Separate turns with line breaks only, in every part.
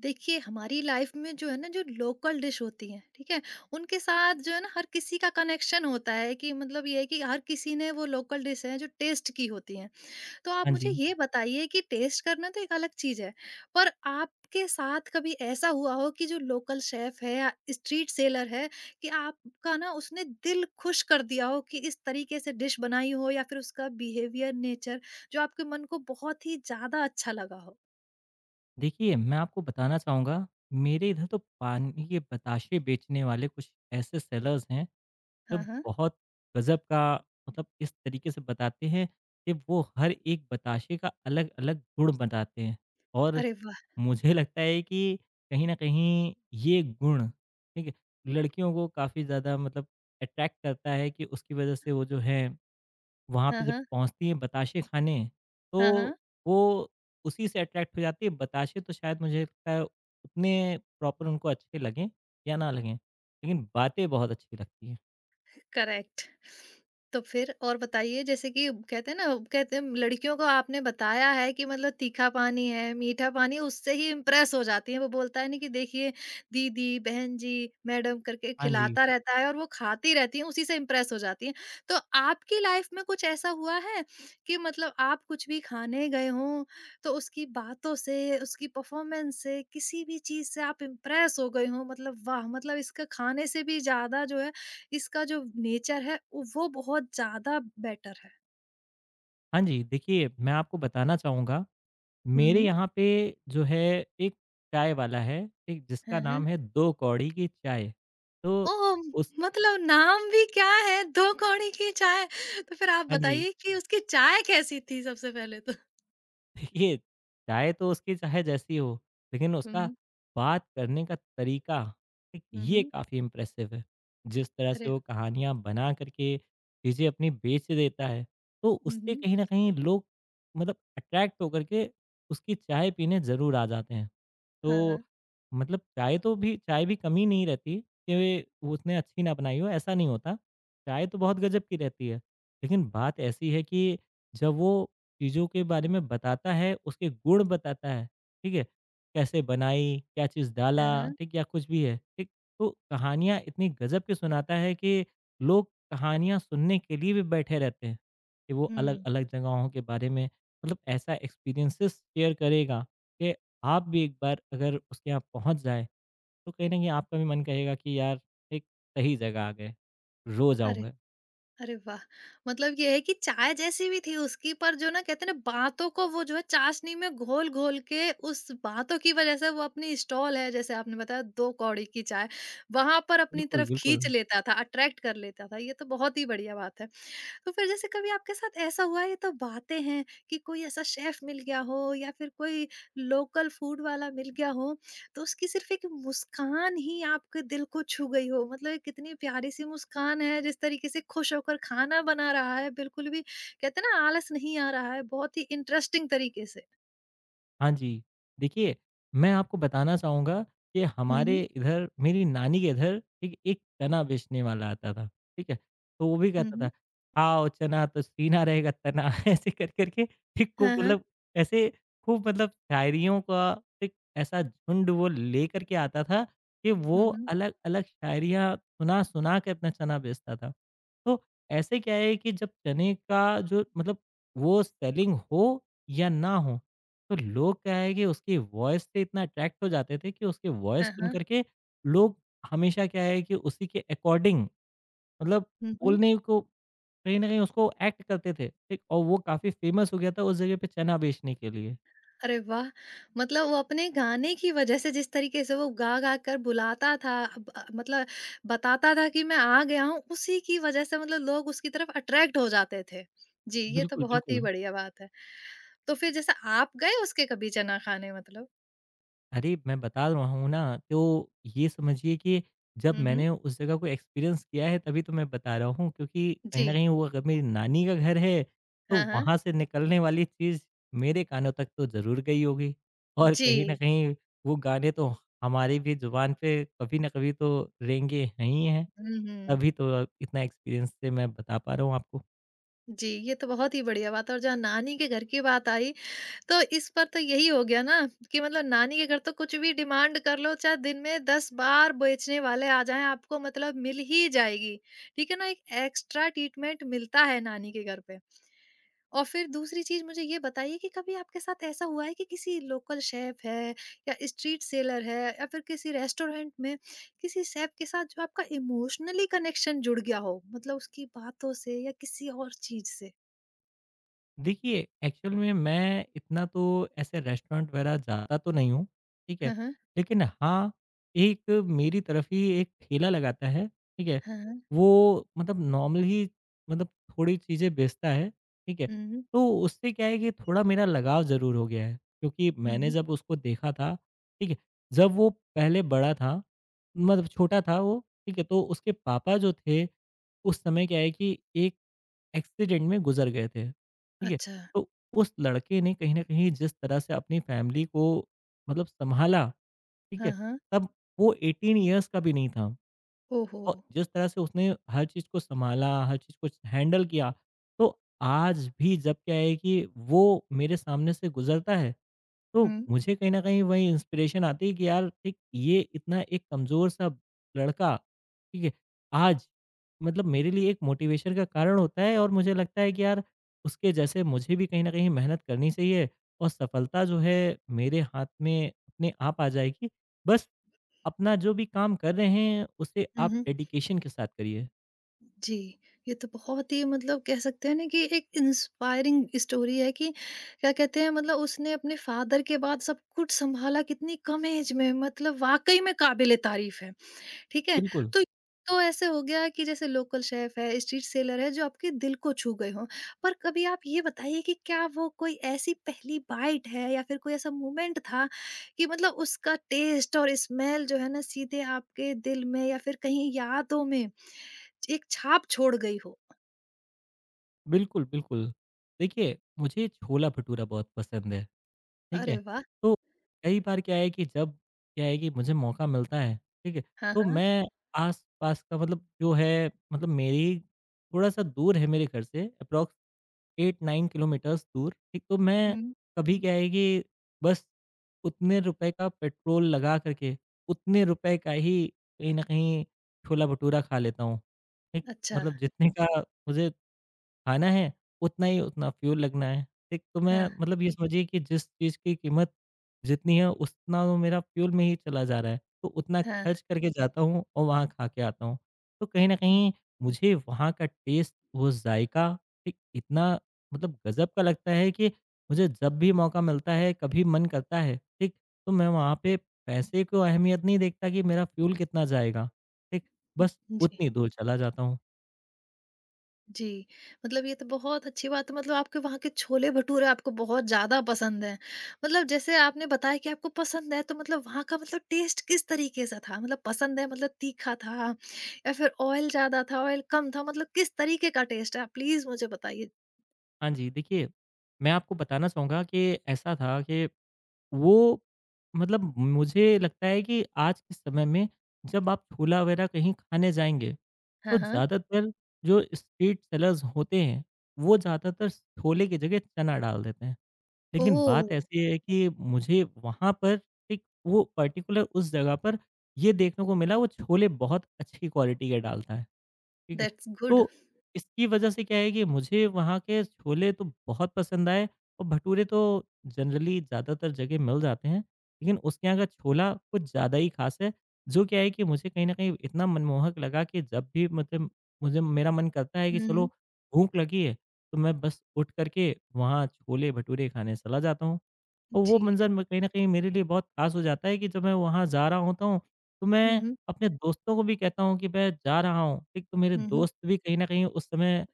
देखिए हमारी लाइफ में जो है ना जो लोकल डिश होती है, ठीक है। उनके साथ जो है ना हर किसी का कनेक्शन होता है कि मतलब ये है कि हर किसी ने वो लोकल डिश है जो टेस्ट की होती है। तो आप
हाँ
मुझे
जी।
ये बताइए कि टेस्ट करना तो एक अलग चीज है, पर आपके साथ कभी ऐसा हुआ हो कि जो लोकल शेफ है या स्ट्रीट सेलर है कि आपका ना उसने दिल खुश कर दिया हो कि इस तरीके से डिश बनाई हो या फिर उसका बिहेवियर, नेचर जो आपके मन को बहुत ही ज्यादा अच्छा लगा हो।
देखिए, मैं आपको बताना चाहूँगा, मेरे इधर तो पानी के बताशे बेचने वाले कुछ ऐसे सेलर्स हैं, जो
हाँ हाँ।
बहुत गज़ब का इस तरीके से बताते हैं कि वो हर एक बताशे का अलग-अलग गुण बताते हैं। और
अरे वाह।
मुझे लगता है कि कहीं न कहीं ये गुण, ठीक है, लड़कियों को काफ़ी ज़्यादा अट्रैक्ट करता है कि उसकी वज़ह से वो जो हैं वहाँ पे
हाँ
जब
हाँ।
पहुँचती है बताशे खाने,
हाँ,
तो
हाँ,
वो उसी से अट्रैक्ट हो जाती है। बताशे तो शायद मुझे लगता है उतने प्रॉपर उनको अच्छे लगें या ना लगें, लेकिन बातें बहुत अच्छी लगती हैं।
करेक्ट। तो फिर और बताइए, जैसे कि कहते हैं ना, कहते हैं लड़कियों को आपने बताया है कि मतलब तीखा पानी है, मीठा पानी है, उससे ही इम्प्रेस हो जाती हैं। वो बोलता है ना कि देखिए दीदी, बहन जी, मैडम करके
हाँ जी।
खिलाता रहता है और वो खाती रहती हैं, उसी से इम्प्रेस हो जाती हैं। तो आपकी लाइफ में कुछ ऐसा हुआ है कि मतलब आप कुछ भी खाने गए हों, तो उसकी बातों से, उसकी परफॉर्मेंस से, किसी भी चीज़ से आप इम्प्रेस हो गए हों, मतलब वाह! मतलब इसका खाने से भी ज़्यादा जो है इसका जो नेचर है उ वो बहुत ज़्यादा बेटर है।
हाँ जी, देखिए, मैं आपको बताना चाहूँगा,
हुँ,
मेरे
हुँ।
यहाँ पे जो है एक चाय वाला है, एक जिसका
हैं, हैं।
नाम है दो कौड़ी की चाय। तो
ओह!
उस
मतलब नाम भी क्या है, 2 कौड़ी की चाय। तो फिर आप
हाँ जी।
बताइए कि उसकी चाय कैसी थी सबसे पहले तो?
देखिए, चाय तो उसकी चाहे जैसी हो, लेकिन
हुँ,
उसका
हुँ।
बात करने का तरीका, एक
हुँ,
ये
हुँ।
काफ़ी इम्प्रेसिव है। जिस तरह से
अरे!
वो कहानियाँ बना कर के चीज़ें अपनी बेच देता है, तो
हुँ,
उससे
हुँ।
कहीं न कहीं लोग मतलब अट्रैक्ट होकर के उसकी चाय पीने ज़रूर आ जाते हैं।
हाँ,
तो
हाँ।
मतलब चाय तो भी चाय भी कमी नहीं रहती कि वो उसने अच्छी ना बनाई हो, ऐसा नहीं होता। चाय तो बहुत गज़ब की रहती है, लेकिन बात ऐसी है कि जब वो चीज़ों के बारे में बताता है, उसके गुण बताता है, ठीक है? कैसे बनाई, क्या चीज़ डाला,
हाँ, हाँ।
ठीक? या कुछ भी है, ठीक? तो कहानियाँ इतनी गज़ब की सुनाता है कि लोग कहानियाँ सुनने के लिए भी बैठे रहते हैं, कि वो
हुँ।
अलग-अलग जगहों के बारे में ऐसा एक्सपीरियंसेस शेयर करेगा कि आप भी एक बार अगर उसके यहाँ पहुँच जाएँ, तो कहीं न कहीं आपका भी मन करेगा कि यार, एक सही जगह आ गए, रोज़
अरे!
आऊँगा।
अरे वाह! मतलब ये है कि चाय जैसी भी थी उसकी, पर जो ना कहते हैं ना बातों को वो जो है चाशनी में घोल-घोल के उस बातों की वज़ह से वो अपनी स्टॉल है, जैसे आपने बताया 2 कौड़ी की चाय, वहाँ पर अपनी
बिल्कुल,
तरफ
बिल्कुल।
खींच लेता था, अट्रैक्ट कर लेता था। ये तो बहुत ही बढ़िया बात है। तो फिर जैसे कभी आपके साथ ऐसा हुआ है, ये तो बातें हैं, कि कोई ऐसा शेफ मिल गया हो या फिर कोई लोकल फूड वाला मिल गया हो, तो उसकी सिर्फ एक मुस्कान ही आपके दिल को छू गई हो, मतलब एक कितनी प्यारी सी मुस्कान है जिस तरीके से खुश होकर खाना बना रहा है, बिल्कुल भी कहते हैं ना आलस नहीं आ रहा है, बहुत ही इंटरेस्टिंग तरीके से।
हाँ जी। देखिए, मैं आपको बताना चाहूँगा कि हमारे
हम्म।
इधर मेरी नानी के इधर एक एक चना बेचने वाला आता था, ठीक है? तो वो भी कहता
हम्म।
था, "आओ चना तो सीना रहेगा तना।" ऐसे कर कर के ठीक खूब
हाँ हाँ।
ऐसे खूब शायरियों का एक ऐसा झुंड वो लेकर के आता था कि वो
हम्म।
अलग-अलग शायरियाँ सुना-सुना के अपना चना बेचता था। तो ऐसे क्या है कि जब चने का जो वो सेलिंग हो या ना हो, तो लोग क्या है कि उसकी वॉइस से इतना अट्रैक्ट हो जाते थे कि उसकी वॉइस
हाँ
सुन
हाँ।
कर के लोग हमेशा क्या है कि उसी के अकॉर्डिंग मतलब
हम्म।
बोलने को कहीं न कहीं उसको एक्ट करते थे, ठीक? और वो काफ़ी फ़ेमस हो गया था उस जगह पे चना बेचने के लिए।
अरे वाह! मतलब वो अपने गाने की वजह से जिस तरीके से वो गा-गा कर बुलाता था, अब मतलब बताता था कि मैं आ गया हूँ, उसी की वजह से मतलब लोग उसकी तरफ अट्रैक्ट हो जाते थे। जी, ये तो
बिल्कुल,
बहुत
बिल्कुल।
ही बढ़िया बात है। तो फिर जैसे आप गए उसके कभी चना खाने मतलब?
अरे! मैं बता रहा हूँ ना, तो ये समझिए कि जब
हुँ, हुँ।
मैंने उस जगह को एक्सपीरियंस किया है, तभी तो मैं बता रहा हूँ, क्योंकि कहीं न
जी।
कहीं वो अगर मेरी नानी का घर है, तो
हाँ, हाँ।
वहाँ से निकलने वाली चीज़ मेरे कानों तक तो ज़रूर गई होगी। और कहीं न
जी।
कहीं वो गाने तो हमारी भी ज़ुबान पे कभी न कभी तो रेंगे हैं ही हैं,
हुँ, हुँ।
तभी तो इतना एक्सपीरियंस से मैं बता पा रहा हूँ आपको।
जी, ये तो बहुत ही बढ़िया बात है, और जहाँ नानी के घर की बात आई तो इस पर तो यही हो गया ना कि मतलब नानी के घर तो कुछ भी डिमांड कर लो, चाहे दिन में 10 बार बेचने वाले आ जाएं, आपको मतलब मिल ही जाएगी। ठीक है ना, एक एक्स्ट्रा ट्रीटमेंट मिलता है नानी के घर पे। और फिर दूसरी चीज मुझे ये बताइए कि कभी आपके साथ ऐसा हुआ है कि किसी लोकल शेफ है या स्ट्रीट सेलर है या फिर किसी रेस्टोरेंट में किसी शेफ के साथ जो आपका इमोशनली कनेक्शन जुड़ गया हो, मतलब उसकी बातों से या किसी और चीज से।
देखिए, एक्चुअल में मैं इतना तो ऐसे रेस्टोरेंट वगैरह जाता तो नहीं हूँ, ठीक है?
हाँ हाँ।
लेकिन हाँ, एक मेरी तरफ ही एक ठेला लगाता है, ठीक है?
हाँ हाँ।
वो नॉर्मली थोड़ी चीज़ें बेचता है, ठीक है?
हम्म।
तो उससे क्या है कि थोड़ा मेरा लगाव ज़रूर हो गया है, क्योंकि मैंने
हम्म।
जब उसको देखा था, ठीक है? जब वो पहले बड़ा था, मतलब छोटा था वो, ठीक है? तो उसके पापा जो थे, उस समय क्या है कि एक एक्सीडेंट में गुज़र गए थे, ठीक है?
अच्छा।
तो उस लड़के ने कहीं न कहीं जिस तरह से अपनी फैमिली को सँभाला, ठीक
हाँ
है?
हाँ।
तब वो 18 इयर्स का भी नहीं था।
ओहो!
और जिस तरह से उसने हर चीज़ को सँभाला, हर चीज़ को हैंडल किया, तो आज भी जब क्या है कि वो मेरे सामने से गुज़रता है, तो
हुँ।
मुझे कहीं न कहीं वही इंस्पिरेशन आती है कि यार ठीक ये इतना एक कमज़ोर सा लड़का, ठीक है, आज मेरे लिए एक मोटिवेशन का कारण होता है। और मुझे लगता है कि यार उसके जैसे मुझे भी कहीं न कहीं मेहनत करनी चाहिए और सफलता जो है मेरे हाथ में अपने आप आ जाएगी। बस अपना जो भी काम कर रहे हैं उसे
हुँ,
आप
हुँ।
डेडिकेशन के साथ करिए।
जी, ये तो बहुत ही, मतलब कह सकते हैं ना कि एक इंस्पायरिंग स्टोरी है कि क्या कहते हैं, मतलब उसने अपने फ़ादर के बाद सब कुछ सँभाला, कितनी कम ऐज में, मतलब वाक़ई में काबिल-ए-तारीफ़ है। ठीक है?
बिल्कुल,
तो तो ऐसे हो गया कि जैसे लोकल शेफ़ है, स्ट्रीट सेलर है, जो आपके दिल को छू गए हों। पर कभी आप ये बताइए कि क्या वो कोई ऐसी पहली बाइट है या फिर कोई ऐसा मोमेंट था कि मतलब उसका टेस्ट और स्मेल जो है ना सीधे आपके दिल में या फिर कहीं यादों में एक छाप छोड़ गई हो?
बिल्कुल, बिल्कुल। देखिए, मुझे छोला-भटूरा बहुत पसंद है। ठीक
अरे
है?
वाह!
तो कई बार क्या है कि जब क्या है कि मुझे मौका मिलता है, ठीक है?
हाँ,
तो
हाँ।
मैं आस-पास का जो है मेरी थोड़ा-सा दूर है मेरे घर से अप्रॉक्स 8-9 किलोमीटर्स दूर, ठीक? तो मैं
हुँ।
कभी क्या है कि बस उतने रुपए का पेट्रोल लगा कर के, उतने रुपए का ही कहीं न कहीं छोला भटूरा खा लेता हूँ, ठीक?
अच्छा।
मतलब जितने का मुझे खाना है, उतना ही उतना फ्यूल लगना है, ठीक? तो मैं
हाँ,
मतलब ये समझिए कि जिस चीज़ की कीमत जितनी है, उतना वो मेरा फ्यूल में ही चला जा रहा है। तो उतना
हाँ।
खर्च करके जाता हूँ और वहाँ खा के आता हूँ। तो कहीं न कहीं मुझे वहाँ का टेस्ट, वो ज़ायका एक इतना गज़ब का लगता है कि मुझे जब भी मौका मिलता है, कभी मन करता है, ठीक? तो मैं वहाँ पे पैसे को अहमियत नहीं देखता कि मेरा फ्यूल कितना जाएगा, ठीक?
हुँ,
बस
हुँ, जी।
उतनी दूर चला जाता हूँ।
जी, मतलब ये तो बहुत अच्छी बात है, मतलब आपके वहाँ के छोले-भटूरे आपको बहुत ज़्यादा पसंद हैं। मतलब जैसे आपने बताया कि आपको पसंद है, तो मतलब वहाँ का मतलब टेस्ट किस तरीके से था? मतलब पसंद है, मतलब तीखा था या फिर ऑयल ज़्यादा था, ऑयल कम था, मतलब किस तरीके का टेस्ट है? आप प्लीज़ मुझे बताइए।
हाँ जी, देखिए, मैं आपको बताना चाहूँगा कि ऐसा था कि वो मुझे लगता है कि आज के समय में जब आप छोला वगैरह कहीं खाने जाएँगे, तो
हाँ, हाँ।
ज़्यादातर जो स्ट्रीट सेलर्स होते हैं, वो ज़्यादातर छोले की जगह चना डाल देते हैं। लेकिन
ओह!
बात ऐसी है कि मुझे वहाँ पर एक वो पर्टिकुलर उस जगह पर ये देखने को मिला वो छोले बहुत अच्छी क्वालिटी के डालता है। ठीक है।
That's good.
तो इसकी वजह से क्या है कि मुझे वहाँ के छोले तो बहुत पसंद आए और भटूरे तो जनरली ज़्यादातर जगह मिल जाते हैं। लेकिन उसके यहाँ का छोला कुछ ज़्यादा ही ख़ास है, जो क्या है कि मुझे कहीं न कहीं इतना मनमोहक लगा कि जब भी मतलब मुझे मेरा मन करता है
हुँ,
कि चलो
हुँ।
भूख लगी है, तो मैं बस उठ कर के वहाँ छोले-भटूरे खाने चला जाता हूँ। और वो
जी।
मंज़र म कहीं न कहीं मेरे लिए बहुत ख़ास हो जाता है कि जब मैं वहाँ जा रहा होता हूँ, तो
हुँ,
मैं
हुँ।
अपने दोस्तों को भी कहता हूँ कि मैं जा रहा हूँ, ठीक? तो मेरे
हुँ, हुँ।
दोस्त भी कहीं न कहीं उस समय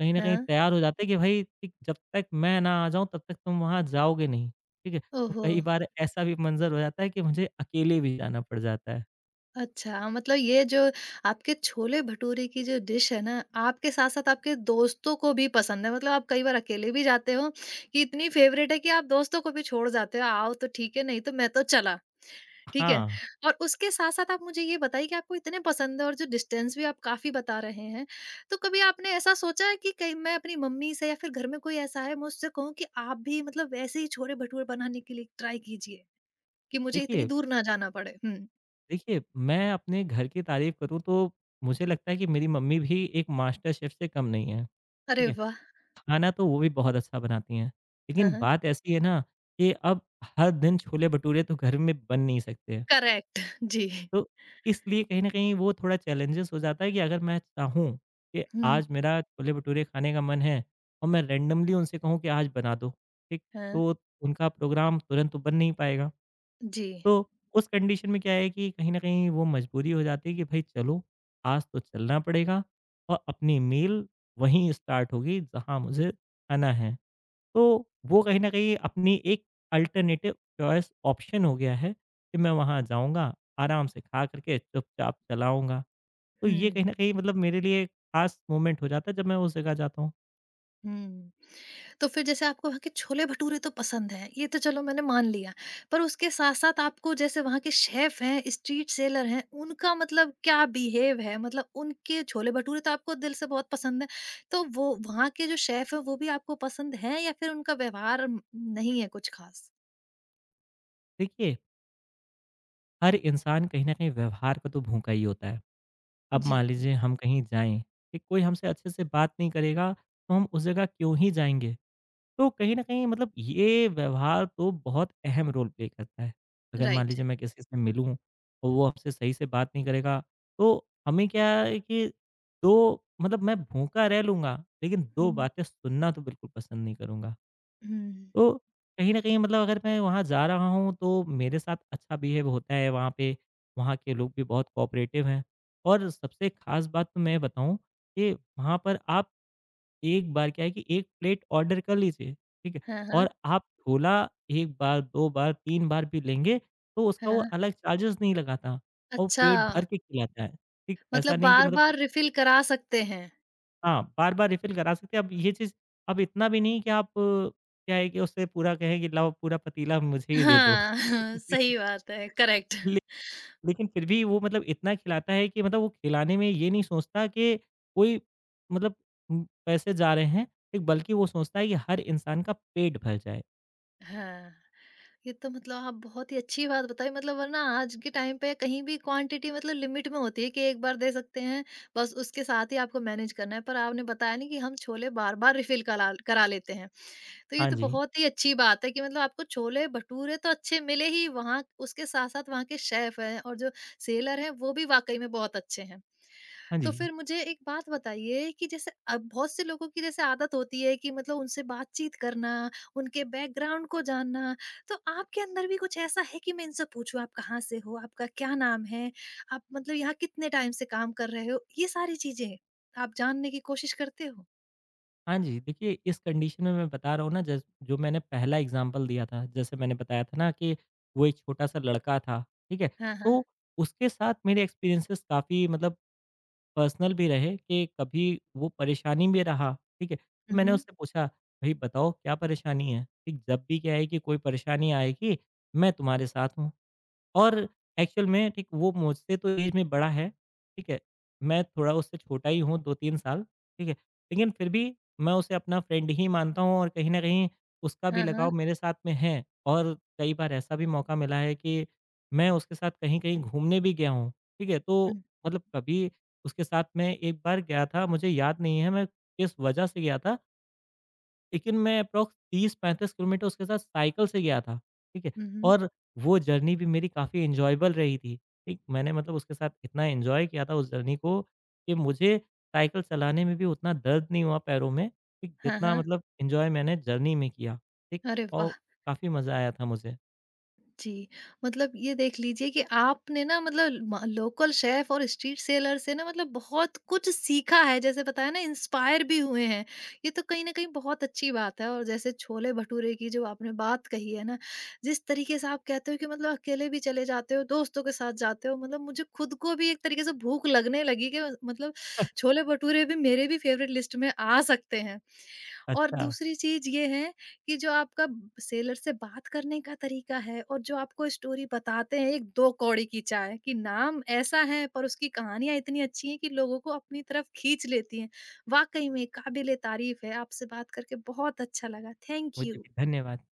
कहीं न कहीं
हाँ।
तैयार हो जाते हैं कि भई ठीक जब तक मैं ना आ जाऊँ, तब तक तुम वहाँ जाओगे नहीं, ठीक है? तो
ओहो!
कई बार ऐसा भी मंज़र हो जाता है कि मुझे अकेले भी जाना पड़ जाता है।
अच्छा, मतलब ये जो आपके छोले-भटूरे की जो डिश है ना, आपके साथ-साथ आपके दोस्तों को भी पसंद है। मतलब आप कई बार अकेले भी जाते हो कि इतनी फ़ेवरेट है कि आप दोस्तों को भी छोड़ जाते हो, आओ तो ठीक है, नहीं तो मैं तो चला, ठीक है?
हाँ,
और उसके साथ-साथ आप मुझे ये बताइए कि आपको इतने पसंद है और जो डिस्टेंस भी आप काफ़ी बता रहे हैं, तो कभी आपने ऐसा सोचा है कि कहीं मैं अपनी मम्मी से या फिर घर में कोई ऐसा है, मैं उससे कहूँ कि आप भी मतलब वैसे ही छोले-भटूरे बनाने के लिए ट्राई कीजिए, कि मुझे इतनी
देखिए
दूर ना जाना पड़े? हुँ।
देखिए, मैं अपने घर की तारीफ़ करूँ तो मुझे लगता है कि मेरी मम्मी भी एक मास्टर शेफ़ से कम नहीं है,
अरे
ठीक है?
वाह!
खाना तो वो भी बहुत अच्छा बनाती हैं।
हाँ,
लेकिन
हाँ।
बात ऐसी है ना कि अब हर दिन छोले-भटूरे तो घर में बन नहीं सकते हैं।
करेक्ट। जी।
तो इसलिए कहीं न कहीं वो थोड़ा चैलेंजेस हो जाता है कि अगर मैं चाहूँ कि
हुँ।
आज मेरा छोले-भटूरे खाने का मन है और मैं रैंडमली उनसे कहूँ कि आज बना दो, ठीक?
हाँ।
तो उनका प्रोग्राम तुरंत तो बन नहीं पाएगा।
जी।
तो उस कंडीशन में क्या है कि कहीं न कहीं वो मजबूरी हो जाती है कि भई चलो, आज तो चलना पड़ेगा और अपनी मील वहीं स्टार्ट होगी जहाँ मुझे खाना है। तो वो कहीं न कहीं अपनी एक अल्टरनेटिव चॉइस ऑप्शन हो गया है कि मैं वहाँ जाऊँगा, आराम से खा करके चुपचाप चलाऊँगा। तो ये
हुँ।
कहीं न कहीं मतलब मेरे लिए ख़ास मोमेंट हो जाता है जब मैं उस जगह जाता हूँ।
हुँ। तो फिर जैसे आपको वहाँ के छोले-भटूरे तो पसंद हैं, ये तो चलो मैंने मान लिया। पर उसके साथ-साथ आपको जैसे वहाँ के शेफ़ हैं, स्ट्रीट सेलर हैं, उनका मतलब क्या बिहेव है? मतलब उनके छोले-भटूरे तो आपको दिल से बहुत पसंद हैं, तो वो वहाँ के जो शेफ़ हैं, वो भी आपको पसंद हैं या फिर उनका व्यवहार नहीं है कुछ ख़ास?
देखिए, हर इंसान कहीं न कहीं व्यवहार का तो भूखा ही होता है। अब
जी,
मान लीजिए हम कहीं जाएँ, कि कोई हमसे अच्छे से बात नहीं करेगा, तो हम उस जगह क्यों ही जाएँगे? तो कहीं न कहीं मतलब ये व्यवहार तो बहुत अहम रोल प्ले करता है। अगर मान
राइट।
लीजिए मैं किसी से मिलूँ और वो आपसे सही से बात नहीं करेगा, तो हमें क्या है कि 2 मैं भूखा रह लूँगा, लेकिन 2
हुँ।
बातें सुनना तो बिल्कुल पसंद नहीं करूँगा।
हुँ।
तो कहीं न कहीं मतलब अगर मैं वहाँ जा रहा हूँ, तो मेरे साथ अच्छा बिहेव होता है वहाँ पे, वहाँ के लोग भी बहुत कोऑपरेटिव हैं। और सबसे ख़ास बात तो मैं बताऊँ कि वहाँ पर आप एक बार क्या है कि 1 प्लेट ऑर्डर कर लीजिए, ठीक है?
हाँ, हाँ।
और आप छोला 1 बार, 2 बार, 3 बार भी लेंगे, तो उसका वो
हाँ।
अलग चार्जेज़ नहीं लगाता और
अच्छा।
पेट भर के खिलाता है, ठीक? ऐसा
मतलब
नहीं कि मतलब
बार-बार रिफ़िल करा सकते हैं।
हाँ, बार-बार रिफ़िल करा सकते हैं। अब ये चीज़ अब इतना भी नहीं कि आप क्या है कि उससे पूरा कहें कि लाओ पूरा पतीला मुझे ही दे दो।
हाँ, सही बात है, करेक्ट।
लेकिन फिर भी वो मतलब इतना खिलाता है कि मतलब वो खिलाने में ये नहीं सोचता कि कोई मतलब पैसे जा रहे हैं, एक बल्कि वो सोचता है कि हर इंसान का पेट भर जाए।
हाँ, ये तो मतलब आप बहुत ही अच्छी बात बताई, मतलब वरना आज के टाइम पे कहीं भी क्वांटिटी मतलब लिमिट में होती है कि एक बार दे सकते हैं, बस उसके साथ ही आपको मैनेज करना है। पर आपने बताया नहीं कि हम छोले बार-बार रिफ़िल कला करा करा लेते हैं। तो ये
हाँ
तो
जी,
बहुत ही अच्छी बात है कि मतलब आपको छोले-भटूरे तो अच्छे मिले ही, वहाँ उसके साथ-साथ वहाँ के शेफ़ हैं और जो सेलर हैं, वो भी वाक़ई में बहुत अच्छे हैं।
हाँ
तो
जी,
फिर मुझे एक बात बताइए कि जैसे अब बहुत से लोगों की जैसे आदत होती है कि मतलब उनसे बातचीत करना, उनके बैकग्राउंड को जानना, तो आपके अंदर भी कुछ ऐसा है कि मैं इनसे पूछूँ आप कहाँ से हो? आपका क्या नाम है? आप मतलब यहाँ कितने टाइम से काम कर रहे हो? ये सारी चीज़ें आप जानने की कोशिश करते हो?
हाँ जी। देखिए, इस कंडीशन में मैं बता रहा हूँ ना जस जो मैंने पहला एग्ज़ाम्पल दिया था, जैसे मैंने बताया था ना कि वो एक छोटा-सा लड़का था, ठीक है?
हाँ, हाँ।
तो उसके साथ मेरे एक्सपीरियंसेस काफ़ी पर्सनल भी रहे कि कभी वो परेशानी में रहा, ठीक है? तो
हुँ,
मैंने
हुँ।
उससे पूछा, "भई बताओ क्या परेशानी है? ठीक, जब भी क्या है कि कोई परेशानी आएगी, मैं तुम्हारे साथ हूँ।" और एक्चुअल में ठीक वो मुझसे तो ऐज में बड़ा है, ठीक है? मैं थोड़ा उससे छोटा ही हूँ 2-3 साल, ठीक है? लेकिन फिर भी मैं उसे अपना फ्रेंड ही मानता हूँ और कहीं न कहीं उसका भी
हाँ,
लगाव
हाँ।
मेरे साथ में है और कई बार ऐसा भी मौका मिला है कि मैं उसके साथ कहीं-कहीं घूमने भी गया हूँ, ठीक है? तो
हुँ,
कभी उसके साथ मैं एक बार गया था, मुझे याद नहीं है मैं किस वजह से गया था, लेकिन मैं अप्रॉक्स 30-35 किलोमीटर उसके साथ साइकिल से गया था, ठीक है?
हुँ, हुँ।
और वो जर्नी भी मेरी काफ़ी एन्जॉयबल रही थी, ठीक? मैंने मतलब उसके साथ इतना एन्जॉय किया था उस जर्नी को कि मुझे साइकिल चलाने में भी उतना दर्द नहीं हुआ पैरों में, ठीक?
हाँ,
जितना
हाँ।
मतलब एन्जॉय मैंने जर्नी में किया, ठीक?
अरे
और
वाह!
काफ़ी मज़ा आया था मुझे।
जी, मतलब ये देख लीजिए कि आपने ना मतलब म लोकल शेफ़ और स्ट्रीट सेलर से ना मतलब बहुत कुछ सीखा है, जैसे बताया ना इंस्पायर भी हुए हैं। ये तो कहीं न कहीं बहुत अच्छी बात है, और जैसे छोले-भटूरे की जो आपने बात कही है ना, जिस तरीके से आप कहते हो कि मतलब अकेले भी चले जाते हो, दोस्तों के साथ जाते हो, मतलब मुझे खुद को भी एक तरीके से भूख लगने लगी कि मतलब छोले-भटूरे भी मेरे भी फ़ेवरेट लिस्ट में आ सकते हैं। और
अच्छा,
दूसरी चीज़ ये है कि जो आपका सेलर से बात करने का तरीका है और जो आपको स्टोरी बताते हैं एक दो कौड़ी की चाय कि नाम ऐसा है पर उसकी कहानियां इतनी अच्छी हैं कि लोगों को अपनी तरफ खींच लेती हैं, वाकई में काबिल तारीफ है। आपसे बात करके बहुत अच्छा लगा, थैंक
मुझे
यू।
भी धन्यवाद।